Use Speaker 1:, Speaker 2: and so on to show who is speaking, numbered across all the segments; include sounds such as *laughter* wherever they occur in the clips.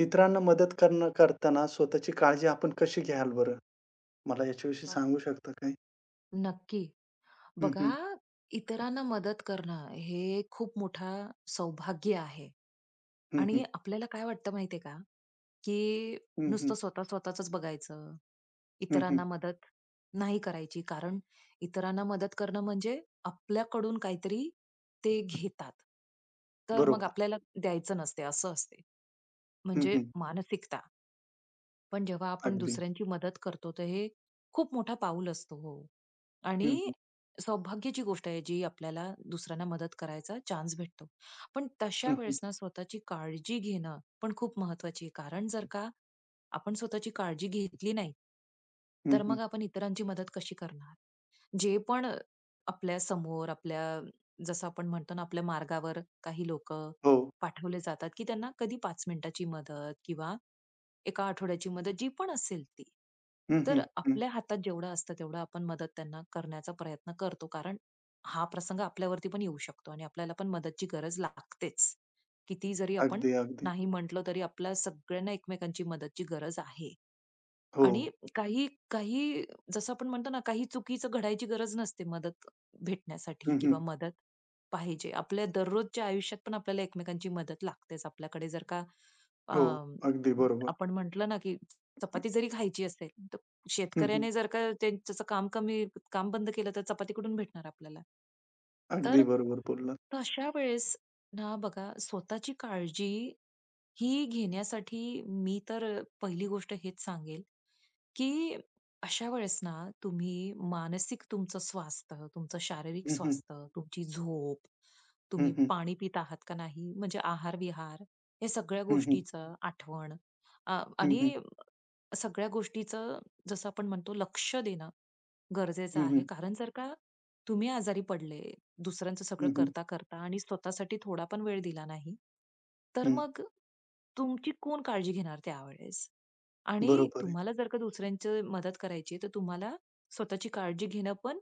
Speaker 1: इतरांना मदत करणं करताना स्वतःची काळजी आपण कशी घ्याल बरं? मला याच्याविषयी
Speaker 2: नक-
Speaker 1: सांगू शकता काय?
Speaker 2: नक्की.
Speaker 1: हं, हं.
Speaker 2: बघा, इतरांना मदत करणं हे खूप मोठा सौभाग्य आहे
Speaker 1: हं,
Speaker 2: आणि
Speaker 1: हं.
Speaker 2: आपल्याला काय वाटतं माहितीये का की
Speaker 1: हं, हं.
Speaker 2: नुसतं स्वतःच बघायचं,
Speaker 1: हं,
Speaker 2: इतरांना
Speaker 1: हं.
Speaker 2: मदत नाही करायची, कारण इतरांना मदत करणं म्हणजे आपल्याकडून काहीतरी ते घेतात, तर मग
Speaker 1: बरोबर.
Speaker 2: आपल्याला द्यायचं नसते असं असते,
Speaker 1: हं,
Speaker 2: म्हणजे
Speaker 1: हं.
Speaker 2: मानसिकता. पण जेव्हा आपण
Speaker 1: अगदी.
Speaker 2: दुसऱ्यांची मदत करतो, तर हे खूप मोठा पाऊल असतो. हो.
Speaker 1: हं,
Speaker 2: आणि
Speaker 1: हं.
Speaker 2: सौभाग्याची गोष्ट आहे, जी आपल्याला दुसऱ्यांना मदत करायचा चान्स भेटतो. पण तशा
Speaker 1: हं, हं.
Speaker 2: वेळेस ना, स्वतःची काळजी घेणं पण खूप महत्वाची आहे. कारण जर का आपण स्वतःची काळजी घेतली नाही,
Speaker 1: हं,
Speaker 2: तर
Speaker 1: हं.
Speaker 2: मग आपण इतरांची मदत कशी करणार? जे पण आपल्या समोर, आपल्या, जसं आपण म्हणतो ना, आपल्या मार्गावर काही लोकं
Speaker 1: हो.
Speaker 2: पाठवले जातात, की त्यांना कधी 5 मिनिटाची मदत किंवा एका आठवड्याची मदत जी पण असेल ती.
Speaker 1: हं,
Speaker 2: तर
Speaker 1: हं. हं.
Speaker 2: आपल्या हातात जेवढं असतं तेवढं आपण मदत त्यांना करण्याचा प्रयत्न करतो. कारण हा प्रसंग आपल्यावरती पण येऊ शकतो आणि आपल्याला पण मदतची गरज लागतेच. किती जरी आपण
Speaker 1: अगदी, अगदी.
Speaker 2: नाही म्हटलं तरी आपल्या सगळ्यांना एकमेकांची मदतची गरज आहे.
Speaker 1: हो.
Speaker 2: आणि काही काही जसं आपण म्हणतो ना, काही चुकीचं घडायची गरज नसते मदत भेटण्यासाठी
Speaker 1: हं, हं.
Speaker 2: किंवा मदत पाहिजे. आपल्या दररोजच्या आयुष्यात पण आपल्याला एकमेकांची मदत लागतेच. आपल्याकडे जर का अ,
Speaker 1: हो. अगदी बरोबर.
Speaker 2: आपण म्हटलं ना, की
Speaker 1: हं,
Speaker 2: चपाती जरी खायची असेल, तर
Speaker 1: हं,
Speaker 2: शेतकऱ्याने जर का ते त्याचं काम कमी काम बंद केलं, तर चपाती कुठून भेटणार आपल्याला?
Speaker 1: अगदी
Speaker 2: तर
Speaker 1: बरोबर बोललात.
Speaker 2: तशा वेळेस ना बघा, स्वतःची काळजी ही घेण्यासाठी मी तर पहिली गोष्ट हेच सांगेल, की अशा वेळेस ना तुम्ही मानसिक तुमचं स्वास्थ्य, तुमचं शारीरिक
Speaker 1: हं.
Speaker 2: स्वास्थ्य, तुमची झोप,
Speaker 1: हं,
Speaker 2: तुम्ही
Speaker 1: हं.
Speaker 2: पाणी पीत आहात का नाही, म्हणजे आहार-विहार या सगळ्या
Speaker 1: हं, हं.
Speaker 2: गोष्टीचं आठवण
Speaker 1: हं, हं.
Speaker 2: आणि सगळ्या गोष्टीचं जसं आपण म्हणतो लक्ष देणं गरजेचं
Speaker 1: हं,
Speaker 2: आहे.
Speaker 1: हं.
Speaker 2: कारण जर का तुम्ही आजारी पडले, दुसऱ्यांचं सगळं
Speaker 1: हं, हं.
Speaker 2: करता, करता आणि स्वतःसाठी थोडा पण वेळ दिला नाही, तर
Speaker 1: हं.
Speaker 2: मग तुमची कोण काळजी घेणार त्यावेळेस? आणि
Speaker 1: बरोबर आहे.
Speaker 2: तुम्हाला जर का दुसऱ्यांची मदत करायची तर तुम्हाला स्वतःची काळजी घेणं पण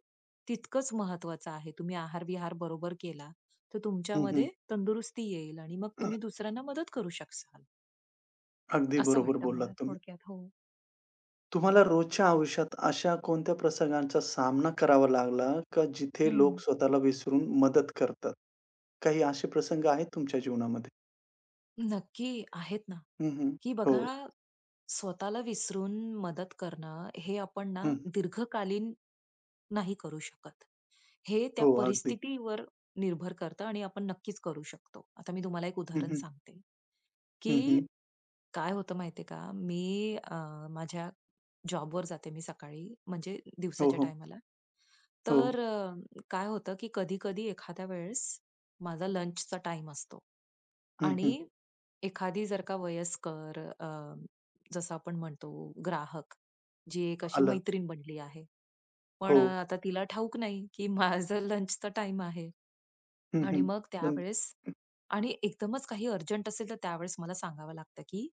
Speaker 2: तितकंच महत्वाचं आहे. तुम्ही आहार-विहार बरोबर केला, तर
Speaker 1: हं, हं.
Speaker 2: तुमच्यामध्ये तंदुरुस्ती येईल आणि मग तुम्ही दुसऱ्यांना मदत करू शकाल.
Speaker 1: अगदी
Speaker 2: असं
Speaker 1: बरोबर
Speaker 2: वाटतं
Speaker 1: बोललात
Speaker 2: मला
Speaker 1: तुम्ही.
Speaker 2: थोडक्यात. हो.
Speaker 1: तुम्हाला रोजच्या आयुष्यात अशा कोणत्या प्रसंगांचा सामना करावा लागला का जिथे लोक
Speaker 2: हं.
Speaker 1: स्वतःला विसरून मदत करतात? काही असे प्रसंग आहेत तुमच्या जीवनामध्ये?
Speaker 2: नक्की आहेत ना,
Speaker 1: हं, हं.
Speaker 2: की
Speaker 1: हो.
Speaker 2: बघा स्वतःला विसरून मदत करणं हे आपण ना
Speaker 1: हं.
Speaker 2: दीर्घकालीन नाही करू शकत. हे त्या
Speaker 1: हो, अगदी.
Speaker 2: परिस्थितीवर निर्भर करतं आणि आपण नक्कीच करू शकतो. आता मी तुम्हाला एक
Speaker 1: हं,
Speaker 2: उदाहरण
Speaker 1: हं.
Speaker 2: सांगते.
Speaker 1: हं,
Speaker 2: की
Speaker 1: हं.
Speaker 2: काय होतं माहितीये का, मी माझ्या जॉबवर जाते मी सकाळी, म्हणजे
Speaker 1: हो,
Speaker 2: दिवसाच्या
Speaker 1: हो.
Speaker 2: टायमाला.
Speaker 1: हो.
Speaker 2: तर काय होतं की कधी-कधी एखाद्या वेळेस माझा लंचचा टाइम असतो
Speaker 1: हं,
Speaker 2: आणि
Speaker 1: हं.
Speaker 2: एखादी जर का वयस्कर जसं आपण म्हणतो ग्राहक, जी एक अशी
Speaker 1: आलं.
Speaker 2: मैत्रीण बनली आहे. पण
Speaker 1: हो.
Speaker 2: आता तिला ठाऊक नाही की माझा लंचचा टाईम आहे.
Speaker 1: हं,
Speaker 2: आणि
Speaker 1: हं.
Speaker 2: मग
Speaker 1: पण
Speaker 2: त्यावेळेस आणि एकदमच काही अर्जंट असेल तर त्यावेळेस मला सांगावं लागतं, की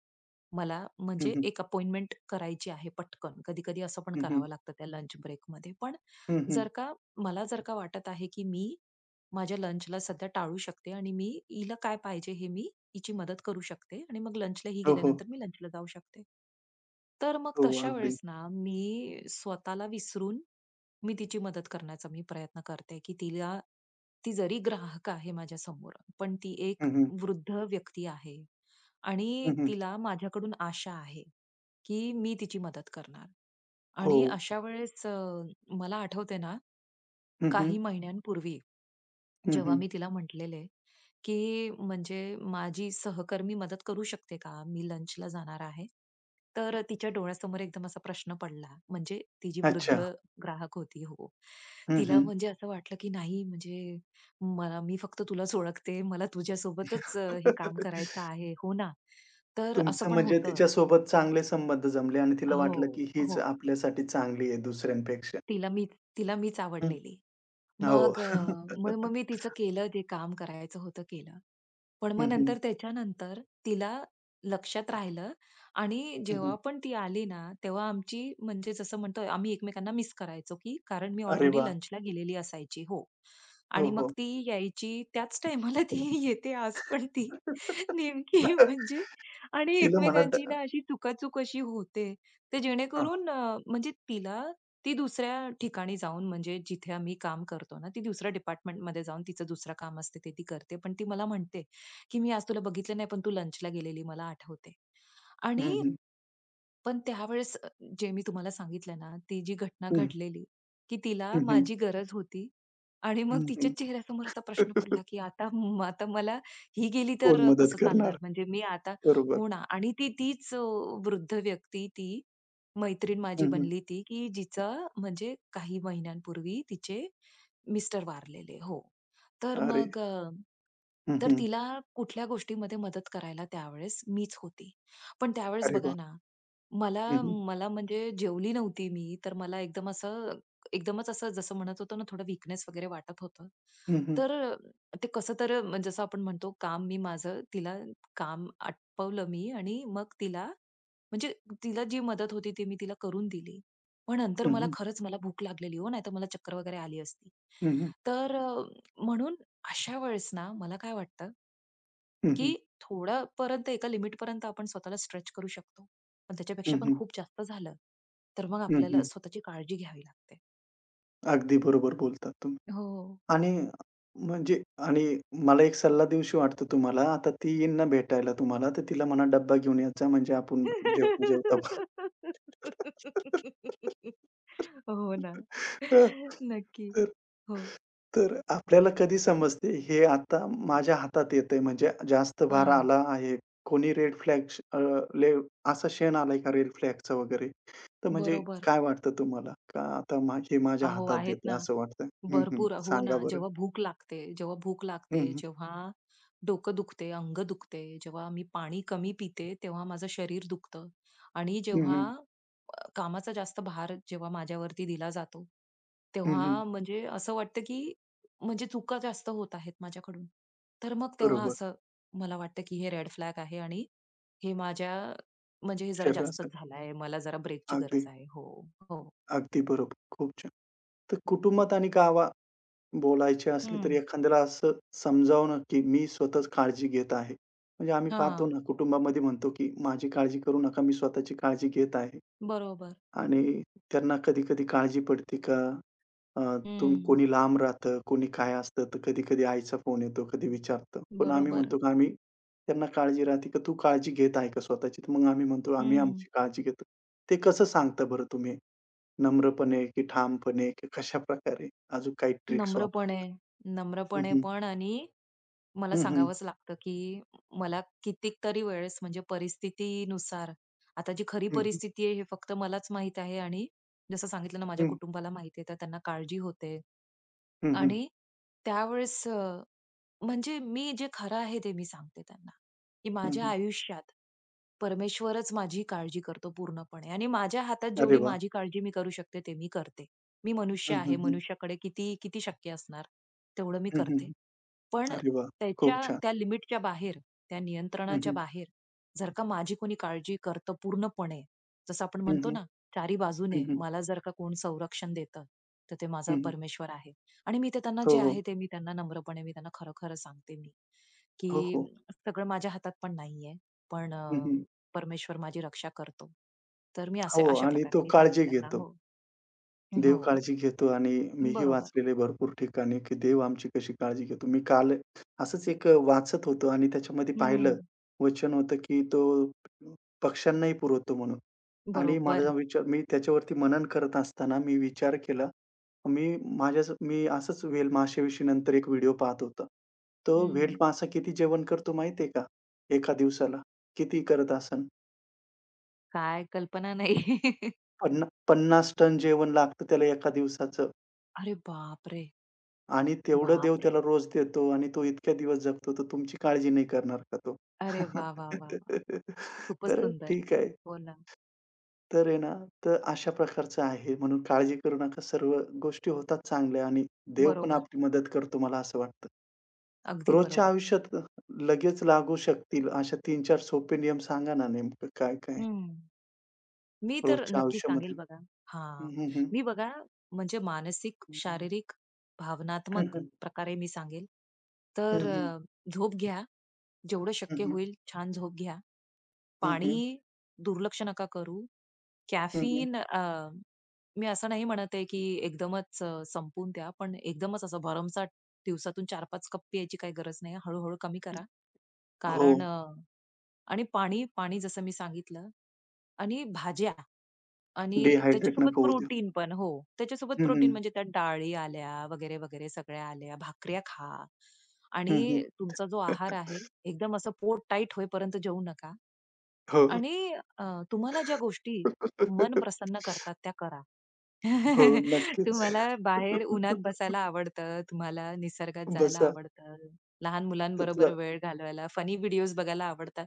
Speaker 2: मला
Speaker 1: हं,
Speaker 2: म्हणजे
Speaker 1: हं.
Speaker 2: एक अपॉइंटमेंट करायची आहे पटकन. कधी-कधी असं पण
Speaker 1: हं, हं.
Speaker 2: करावं लागतं त्या लंच ब्रेकमध्ये. पण
Speaker 1: हं, हं.
Speaker 2: जर का मला जर का वाटत आहे, की मी माझ्या लंचला सध्या टाळू शकते आणि मी हिला काय पाहिजे हे मी हिची मदत करू शकते आणि मग लंचला ही
Speaker 1: हो, हो.
Speaker 2: गेल्यानंतर मी लंचला जाऊ शकते. तर मग
Speaker 1: हो,
Speaker 2: तशा
Speaker 1: अगदी.
Speaker 2: वेळेस ना, मी स्वतःला विसरून मी तिची मदत करण्याचा मी प्रयत्न करते, की तिला ती जरी ग्राहक आहे माझ्यासमोर, पण ती एक
Speaker 1: हं, हं.
Speaker 2: वृद्ध व्यक्ती आहे आणि
Speaker 1: हं, हं.
Speaker 2: तिला माझ्याकडून आशा आहे, की मी तिची मदत करणार.
Speaker 1: हो.
Speaker 2: आणि अशा वेळेस मला आठवते ना,
Speaker 1: हं, हं.
Speaker 2: काही महिन्यांपूर्वी
Speaker 1: हं,
Speaker 2: जेव्हा
Speaker 1: हं.
Speaker 2: मी तिला म्हटलेले, की म्हणजे माझी सहकर्मी मदत करू शकते का? मी लंचला जाणार आहे. तर तिच्या डोळ्यासमोर एकदम असा प्रश्न पडला. म्हणजे ती जी वृद्ध
Speaker 1: अच्छा.
Speaker 2: ग्राहक होती हो.
Speaker 1: हं,
Speaker 2: तिला
Speaker 1: हं.
Speaker 2: म्हणजे असं वाटलं, की नाही म्हणजे मला मी फक्त तुलाच ओळखते. मला तुझ्यासोबतच हे काम
Speaker 1: *laughs*
Speaker 2: करायचं आहे. हो ना? तर असं
Speaker 1: तुमचं
Speaker 2: पण
Speaker 1: म्हणजे
Speaker 2: होतं.
Speaker 1: तिच्यासोबत चांगले संबंध जमले आणि तिला वाटलं,
Speaker 2: हो,
Speaker 1: की हीच
Speaker 2: हो.
Speaker 1: आपल्यासाठी चांगली आहे दुसऱ्यांपेक्षा.
Speaker 2: तिला मी तिला मीच
Speaker 1: हं,
Speaker 2: आवडलेली.
Speaker 1: हो.
Speaker 2: मग मग मग मी तिचं केलं ते काम करायचं होतं केलं. पण मग
Speaker 1: हं, हं.
Speaker 2: नंतर त्याच्यानंतर तिला लक्षात राहिलं आणि
Speaker 1: हं,
Speaker 2: जेव्हा
Speaker 1: हं.
Speaker 2: पण ती आली ना, तेव्हा आमची म्हणजे जसं म्हणतो आम्ही एकमेकांना मिस करायचो, की कारण मी
Speaker 1: अरे
Speaker 2: ऑलरेडी
Speaker 1: वाह!
Speaker 2: लंचला गेलेली असायची. हो.
Speaker 1: हो,
Speaker 2: आणि मग
Speaker 1: हो.
Speaker 2: ती यायची त्याच टाईमाला ती *laughs* येते आज पण ती *laughs* नेमकी म्हणजे आणि
Speaker 1: तिला मला ट
Speaker 2: एकमेकांची ना अशी चुकाचूक अशी होते. तर
Speaker 1: हां, हां.
Speaker 2: जेणेकरून म्हणजे तिला ती दुसऱ्या ठिकाणी जाऊन म्हणजे जिथे आम्ही काम करतो ना, ती दुसऱ्या डिपार्टमेंटमध्ये जाऊन तिचं दुसरं काम असते ते ती करते. पण ती मला म्हणते, की "मी आज तुला बघितलं नाही, पण तू लंचला गेलेली मला आठवते."
Speaker 1: हं,
Speaker 2: आणि
Speaker 1: हं.
Speaker 2: पण त्यावेळेस जे मी तुम्हाला सांगितलं ना, ती जी घटना
Speaker 1: हं,
Speaker 2: घडलेली, की तिला
Speaker 1: हं, हं.
Speaker 2: माझी गरज होती आणि मग
Speaker 1: हं,
Speaker 2: तिच्या
Speaker 1: हं.
Speaker 2: चेहऱ्यासमोर असा प्रश्न पडला, की आता म आता मला ही गेली तर
Speaker 1: कोण मदत
Speaker 2: कसं
Speaker 1: करणार?
Speaker 2: चालणार? म्हणजे मी आता
Speaker 1: बरोबर.
Speaker 2: हो ना. आणि ती तीच वृद्ध व्यक्ती ती मैत्रीण माझी
Speaker 1: हं, हं.
Speaker 2: बनली ती, की जिचा म्हणजे काही महिन्यांपूर्वी तिचे मिस्टर वारलेले. हो. तर
Speaker 1: अरे!
Speaker 2: मग
Speaker 1: हं,
Speaker 2: तर
Speaker 1: हं.
Speaker 2: तिला कुठल्या गोष्टीमध्ये मदत करायला त्यावेळेस मीच होती. पण त्यावेळेस
Speaker 1: अरे
Speaker 2: बघा
Speaker 1: वाह!
Speaker 2: ना मला
Speaker 1: हं, हं.
Speaker 2: मला म्हणजे जेवली नव्हती मी, तर मला एकदम असं एकदमच असं जसं म्हणत होतो ना, थोडं वीकनेस वगैरे वाटत होतं.
Speaker 1: हं, हं.
Speaker 2: तर ते कसं तर म्हणजे जसं आपण म्हणतो काम मी माझं तिला काम आटपवलं मी आणि मग तिला म्हणजे तिला जी मदत होती ती मी तिला करून दिली. पण नंतर
Speaker 1: हं,
Speaker 2: मला
Speaker 1: हं.
Speaker 2: खरंच मला भूक लागलेली हो, नाहीतर मला चक्कर वगैरे आली असती.
Speaker 1: हं, हं.
Speaker 2: तर म्हणून अशा वेळेस ना मला काय वाटतं
Speaker 1: हं,
Speaker 2: की
Speaker 1: हं.
Speaker 2: थोडंपर्यंत एका लिमिटपर्यंत आपण स्वतःला स्ट्रेच करू शकतो. पण त्याच्यापेक्षा
Speaker 1: हं,
Speaker 2: पण
Speaker 1: हं.
Speaker 2: खूप जास्त झालं, तर मग
Speaker 1: हं,
Speaker 2: आपल्याला
Speaker 1: हं.
Speaker 2: स्वतःची काळजी घ्यावी लागते.
Speaker 1: अगदी बरोबर बोलतात तुम्ही.
Speaker 2: हो.
Speaker 1: आणि म्हणजे आणि मला एक सल्ला देऊशी वाटतो तुम्हाला. आता ती येईन ना भेटायला तुम्हाला, तर तिला म्हणा डब्बा घेऊन येत जा म्हणजे आपण जेवता-जेवता
Speaker 2: *laughs* हो ना.
Speaker 1: हं.
Speaker 2: नक्की.
Speaker 1: तर
Speaker 2: हो.
Speaker 1: तर आपल्याला कधी समजते हे आता माझ्या हातात येतंय म्हणजे जास्त भार
Speaker 2: हां,
Speaker 1: आला आहे. कोणी रेड फ्लॅग ले असा क्षण आलाय का रेड फ्लॅगचा वगैरे? तर म्हणजे
Speaker 2: बरोबर.
Speaker 1: काय वाटतं तुम्हाला? का आता हे माझ्या
Speaker 2: अहो,
Speaker 1: हातात
Speaker 2: आहेत ना.
Speaker 1: येतंय असं वाटतंय? हं, हं.
Speaker 2: भरपूर हो ना.
Speaker 1: सांगा बरं?
Speaker 2: जेव्हा भूक लागते, जेव्हा भूक
Speaker 1: हं,
Speaker 2: लागते,
Speaker 1: हं.
Speaker 2: जेव्हा डोकं दुखते, अंग दुखते, जेव्हा मी पाणी कमी पिते, तेव्हा माझं शरीर दुखतं आणि
Speaker 1: हं,
Speaker 2: जेव्हा
Speaker 1: हं.
Speaker 2: कामाचा जास्त भार जेव्हा माझ्यावरती दिला जातो,
Speaker 1: हं,
Speaker 2: तेव्हा
Speaker 1: हं.
Speaker 2: म्हणजे असं वाटतं, की म्हणजे चुका जास्त होत आहेत माझ्याकडून. तर मग तेव्हा
Speaker 1: बरोबर.
Speaker 2: असं मला वाटतं, की हे रेड फ्लॅग आहे आणि हे माझ्या म्हणजे हे जरा जास्तच
Speaker 1: शरीरासाठी.
Speaker 2: झालं मला जरा ब्रेकची
Speaker 1: अगदी,
Speaker 2: गरज आहे. हो, हो.
Speaker 1: अगदी बरोबर. खूप छान. तर कुटुंबात आणि गावात बोलायचे असले तर
Speaker 2: हं.
Speaker 1: एखाद्याला असं समजावणं, की मी स्वतःच काळजी घेत आहे. म्हणजे आम्ही पाहतो
Speaker 2: हां.
Speaker 1: ना कुटुंबामध्ये म्हणतो, की माझी काळजी करू नका, मी स्वतःची काळजी घेत आहे.
Speaker 2: बरोबर.
Speaker 1: आणि त्यांना कधी-कधी काळजी पडते का अ,
Speaker 2: हं.
Speaker 1: कोणी लांब राहतं, कोणी काय असतं, तर कधी-कधी आईचा फोन येतो, कधी विचारतं. पण आम्ही
Speaker 2: बरोबर.
Speaker 1: म्हणतो की आम्ही त्यांना काळजी राहते की "तू काळजी घेत आहे का स्वतःची?" तर मग आम्ही म्हणतो, "आम्ही
Speaker 2: हं.
Speaker 1: आमची काळजी घेतो." ते कसं सांगता बरं तुम्ही? नम्रपणे की ठामपणे की कशाप्रकारे? अजून काही ट्रिक्स
Speaker 2: नम्रपणे,
Speaker 1: वापरता? हं,
Speaker 2: नम्रपणे
Speaker 1: हं.
Speaker 2: पण आणि मला
Speaker 1: हं, हं.
Speaker 2: सांगावंच लागतं, की मला कितीतरी वेळेस म्हणजे परिस्थितीनुसार आता जी खरी
Speaker 1: हं, हं.
Speaker 2: परिस्थिती आहे हे फक्त मलाच माहीत आहे आणि जसं सांगितलं ना माझ्या
Speaker 1: हं,
Speaker 2: कुटुंबाला माहिती आहे, तर त्यांना काळजी होते
Speaker 1: हं,
Speaker 2: आणि त्यावेळेस म्हणजे मी जे खरं आहे ते मी सांगते त्यांना, की माझ्या आयुष्यात परमेश्वरच माझी काळजी करतो पूर्णपणे आणि माझ्या हातात
Speaker 1: अरे
Speaker 2: जेवढी
Speaker 1: वाह!
Speaker 2: माझी काळजी मी करू शकते ते मी करते. मी मनुष्य
Speaker 1: हं,
Speaker 2: आहे.
Speaker 1: हं, हं.
Speaker 2: मनुष्याकडे किती किती शक्य असणार, तेवढं मी
Speaker 1: हं, हं,
Speaker 2: करते. पण
Speaker 1: अरे वाह! खूप
Speaker 2: त्याच्या
Speaker 1: छान.
Speaker 2: त्या लिमिटच्या बाहेर, त्या
Speaker 1: हं,
Speaker 2: नियंत्रणाच्या
Speaker 1: हं.
Speaker 2: बाहेर जर का माझी कोणी काळजी करतं पूर्णपणे, जसं आपण
Speaker 1: हं,
Speaker 2: म्हणतो
Speaker 1: हं.
Speaker 2: ना, चारी
Speaker 1: हं,
Speaker 2: बाजूने
Speaker 1: हं.
Speaker 2: मला जर का कोण संरक्षण देतं, तर ते माझा परमेश्वर आहे. आणि मी ते त्यांना
Speaker 1: हो,
Speaker 2: जे
Speaker 1: हो.
Speaker 2: आहे ते मी त्यांना नम्रपणे मी त्यांना खरं-खरं सांगते मी,
Speaker 1: हो,
Speaker 2: की
Speaker 1: हो.
Speaker 2: सगळं माझ्या हातात पण नाहीये. पण
Speaker 1: हं, हं.
Speaker 2: परमेश्वर माझी रक्षा करतो. तर मी असे
Speaker 1: हो
Speaker 2: अशा
Speaker 1: आणि
Speaker 2: प्रकारे
Speaker 1: तो
Speaker 2: मी सांगते
Speaker 1: काळजी
Speaker 2: त्यांना.
Speaker 1: घेतो.
Speaker 2: हो,
Speaker 1: देव
Speaker 2: हो.
Speaker 1: काळजी घेतो आणि मीही
Speaker 2: बरोबर.
Speaker 1: वाचलेलं आहे भरपूर ठिकाणी, की देव आमची कशी काळजी घेतो. मी काल असंच एक वाचत होतो आणि त्याच्यामध्ये
Speaker 2: हं.
Speaker 1: पाहिलं वचन होतं, की तो पक्ष्यांनाही पुरवतो म्हणून आणि माझा
Speaker 2: बरोबर.
Speaker 1: विचार मी त्याच्यावरती मनन करत असताना मी विचार केला. मी असंच व्हेल माशाविषयी नंतर एक व्हिडिओ पाहत होता. तो व्हेल
Speaker 2: हं.
Speaker 1: मासा किती जेवण करतो माहिती आहे का? एका दिवसाला? किती करत असेल?
Speaker 2: काय कल्पना नाही. *laughs*
Speaker 1: पन्ना 50 टन जेवण लागतं त्याला एका दिवसाचं
Speaker 2: अरे बापरे!
Speaker 1: आणि तेवढं देव त्याला
Speaker 2: बापरे!
Speaker 1: रोज देतो आणि तो इतक्या दिवस जगतो, तर तुमची काळजी नाही करणार का तो?
Speaker 2: अरे वाह, वाह, वाह, वाह!
Speaker 1: *laughs*
Speaker 2: खूपच
Speaker 1: तर
Speaker 2: सुंदर.
Speaker 1: ठीक आहे.
Speaker 2: हो ना.
Speaker 1: तर आहे ना, तर अशा प्रकारचं आहे. म्हणून काळजी करू नका. सर्व गोष्टी होतात चांगल्या आणि देव पण
Speaker 2: बरोबर.
Speaker 1: आपली मदत करतो मला असं वाटतं.
Speaker 2: अगदी
Speaker 1: रोजच्या
Speaker 2: बरोबर.
Speaker 1: आयुष्यात लगेच लागू शकतील अशा 3-4 सोपे नियम सांगा ना नेमकं काय-काय
Speaker 2: हं. मी तर
Speaker 1: रोजच्या
Speaker 2: नक्की सांगेल
Speaker 1: आयुष्यामध्ये?
Speaker 2: बघा. हां.
Speaker 1: हं, हं, हं.
Speaker 2: मी बघा म्हणजे मानसिक,
Speaker 1: हं,
Speaker 2: शारीरिक, भावनात्मक
Speaker 1: हं.
Speaker 2: प्रकारे मी सांगेल. तर
Speaker 1: हं, हं.
Speaker 2: झोप घ्या. जेवढं
Speaker 1: हं,
Speaker 2: शक्य
Speaker 1: हं.
Speaker 2: होईल छान झोप घ्या.
Speaker 1: हं,
Speaker 2: पाणी दुर्लक्ष नका करू. कॅफीन मी असं नाही म्हणत आहे, की एकदमच संपवून द्या. पण एकदमच असं भरमसाठ दिवसातून 4-5 कप प्यायची काही गरज नाही. हळू कमी करा.
Speaker 1: हो,
Speaker 2: कारण आणि पाणी, पाणी जसं मी सांगितलं आणि भाज्या आणि
Speaker 1: डिहायड्रेट
Speaker 2: त्याच्यासोबत
Speaker 1: नको होऊ देऊ.
Speaker 2: प्रोटीन पण. हो. त्याच्यासोबत
Speaker 1: हं, हं.
Speaker 2: प्रोटीन म्हणजे त्यात डाळी आल्या वगैरे, वगैरे सगळ्या आल्या. भाकऱ्या खा
Speaker 1: हं, हं.
Speaker 2: आणि तुमचा जो आहार आहे एकदम असं पोट टाईट होईपर्यंत जेवू नका
Speaker 1: हो.
Speaker 2: आणि अ, तुम्हाला ज्या गोष्टी मन प्रसन्न करतात त्या करा.
Speaker 1: हो,
Speaker 2: *laughs* तुम्हाला
Speaker 1: नक्कीच.
Speaker 2: बाहेर उन्हात बसायला आवडतं, तुम्हाला निसर्गात जायला
Speaker 1: बसा.
Speaker 2: आवडतं, लहान मुलांबरोबर
Speaker 1: त्यातलं
Speaker 2: वेळ घालवायला, फनी व्हिडिओज बघायला आवडतात.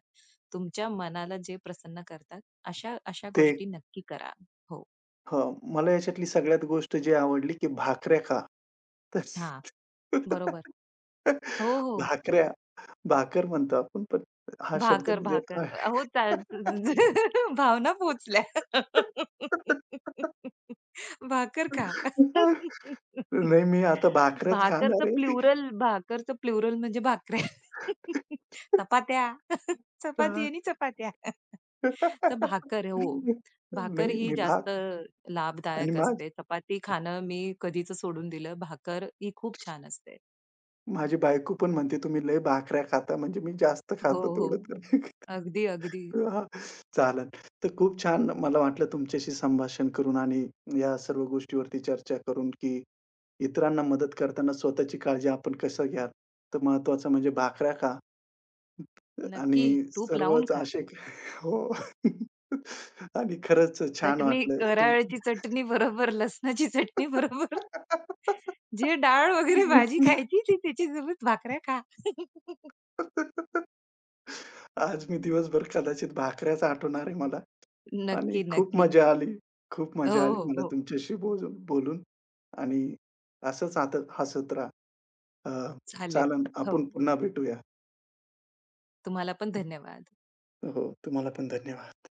Speaker 2: तुमच्या मनाला जे प्रसन्न करतात, अशा अशा
Speaker 1: ते
Speaker 2: गोष्टी नक्की करा. हो.
Speaker 1: हां, मला याच्यातली सगळ्यात गोष्ट जी आवडली, की भाकऱ्या खा. तर
Speaker 2: हां, बरोबर. हो, हो.
Speaker 1: भाकऱ्या, भाकर म्हणतो आपण, पण हा शब्द
Speaker 2: भाकर,
Speaker 1: म्हणजे
Speaker 2: भाकर. अहो त्या *laughs* भावना पोहोचल्या. *laughs* भाकर खा. *laughs*
Speaker 1: नाही, मी आता भाकरच खाणार
Speaker 2: भाकरचं
Speaker 1: आहे.
Speaker 2: प्लुरल भाकरचं प्लुरल म्हणजे भाकऱ्या. *laughs* चपात्या. *laughs* चपाती
Speaker 1: हां.
Speaker 2: आणि चपात्या. तर भाकर हो. भाकर
Speaker 1: नाही,
Speaker 2: ही
Speaker 1: मी भात
Speaker 2: जास्त
Speaker 1: आणि
Speaker 2: लाभदायक असते. चपाती खाणं मी कधीच सोडून दिलं. भाकर ही खूप छान असते.
Speaker 1: माझी बायको पण म्हणते, "तुम्ही लय भाकऱ्या खाता." म्हणजे मी जास्त
Speaker 2: हो,
Speaker 1: खातो
Speaker 2: हो.
Speaker 1: थोडं तर.
Speaker 2: अगदी, अगदी.
Speaker 1: *laughs* हां, चालेल. तर खूप छान मला वाटलं तुमच्याशी संभाषण करून आणि या सर्व गोष्टीवरती चर्चा करून, की इतरांना मदत करताना स्वतःची काळजी आपण कसं घ्याल. तर महत्त्वाचं म्हणजे भाकऱ्या खा आणि
Speaker 2: नक्की. तूप लावून
Speaker 1: सर्वच
Speaker 2: खा.
Speaker 1: असे *laughs* हो. *laughs* आणि खरंच छान
Speaker 2: चटणी,
Speaker 1: वाटलं तुम
Speaker 2: कराळची चटणी बरोबर, लसणाची चटणी बरोबर,
Speaker 1: *laughs*
Speaker 2: जे डाळ वगैरे भाजी खायची ती त्याच्यासोबत भाकऱ्या खा. *laughs*
Speaker 1: आज मी दिवसभर कदाचित भाकऱ्याच आठवणार आहे मला आणि
Speaker 2: नक्की,
Speaker 1: खूप
Speaker 2: नक्की.
Speaker 1: मजा आली. खूप
Speaker 2: हो,
Speaker 1: मजा आली
Speaker 2: हो,
Speaker 1: मला
Speaker 2: हो.
Speaker 1: तुमच्याशी बोलून बोलून आणि असंच आता हसत राहा. अ,
Speaker 2: चालेल.
Speaker 1: चालेल
Speaker 2: हो.
Speaker 1: आपण पुन्हा भेटूया.
Speaker 2: तुम्हाला पण धन्यवाद.
Speaker 1: हो, तुम्हाला पण धन्यवाद.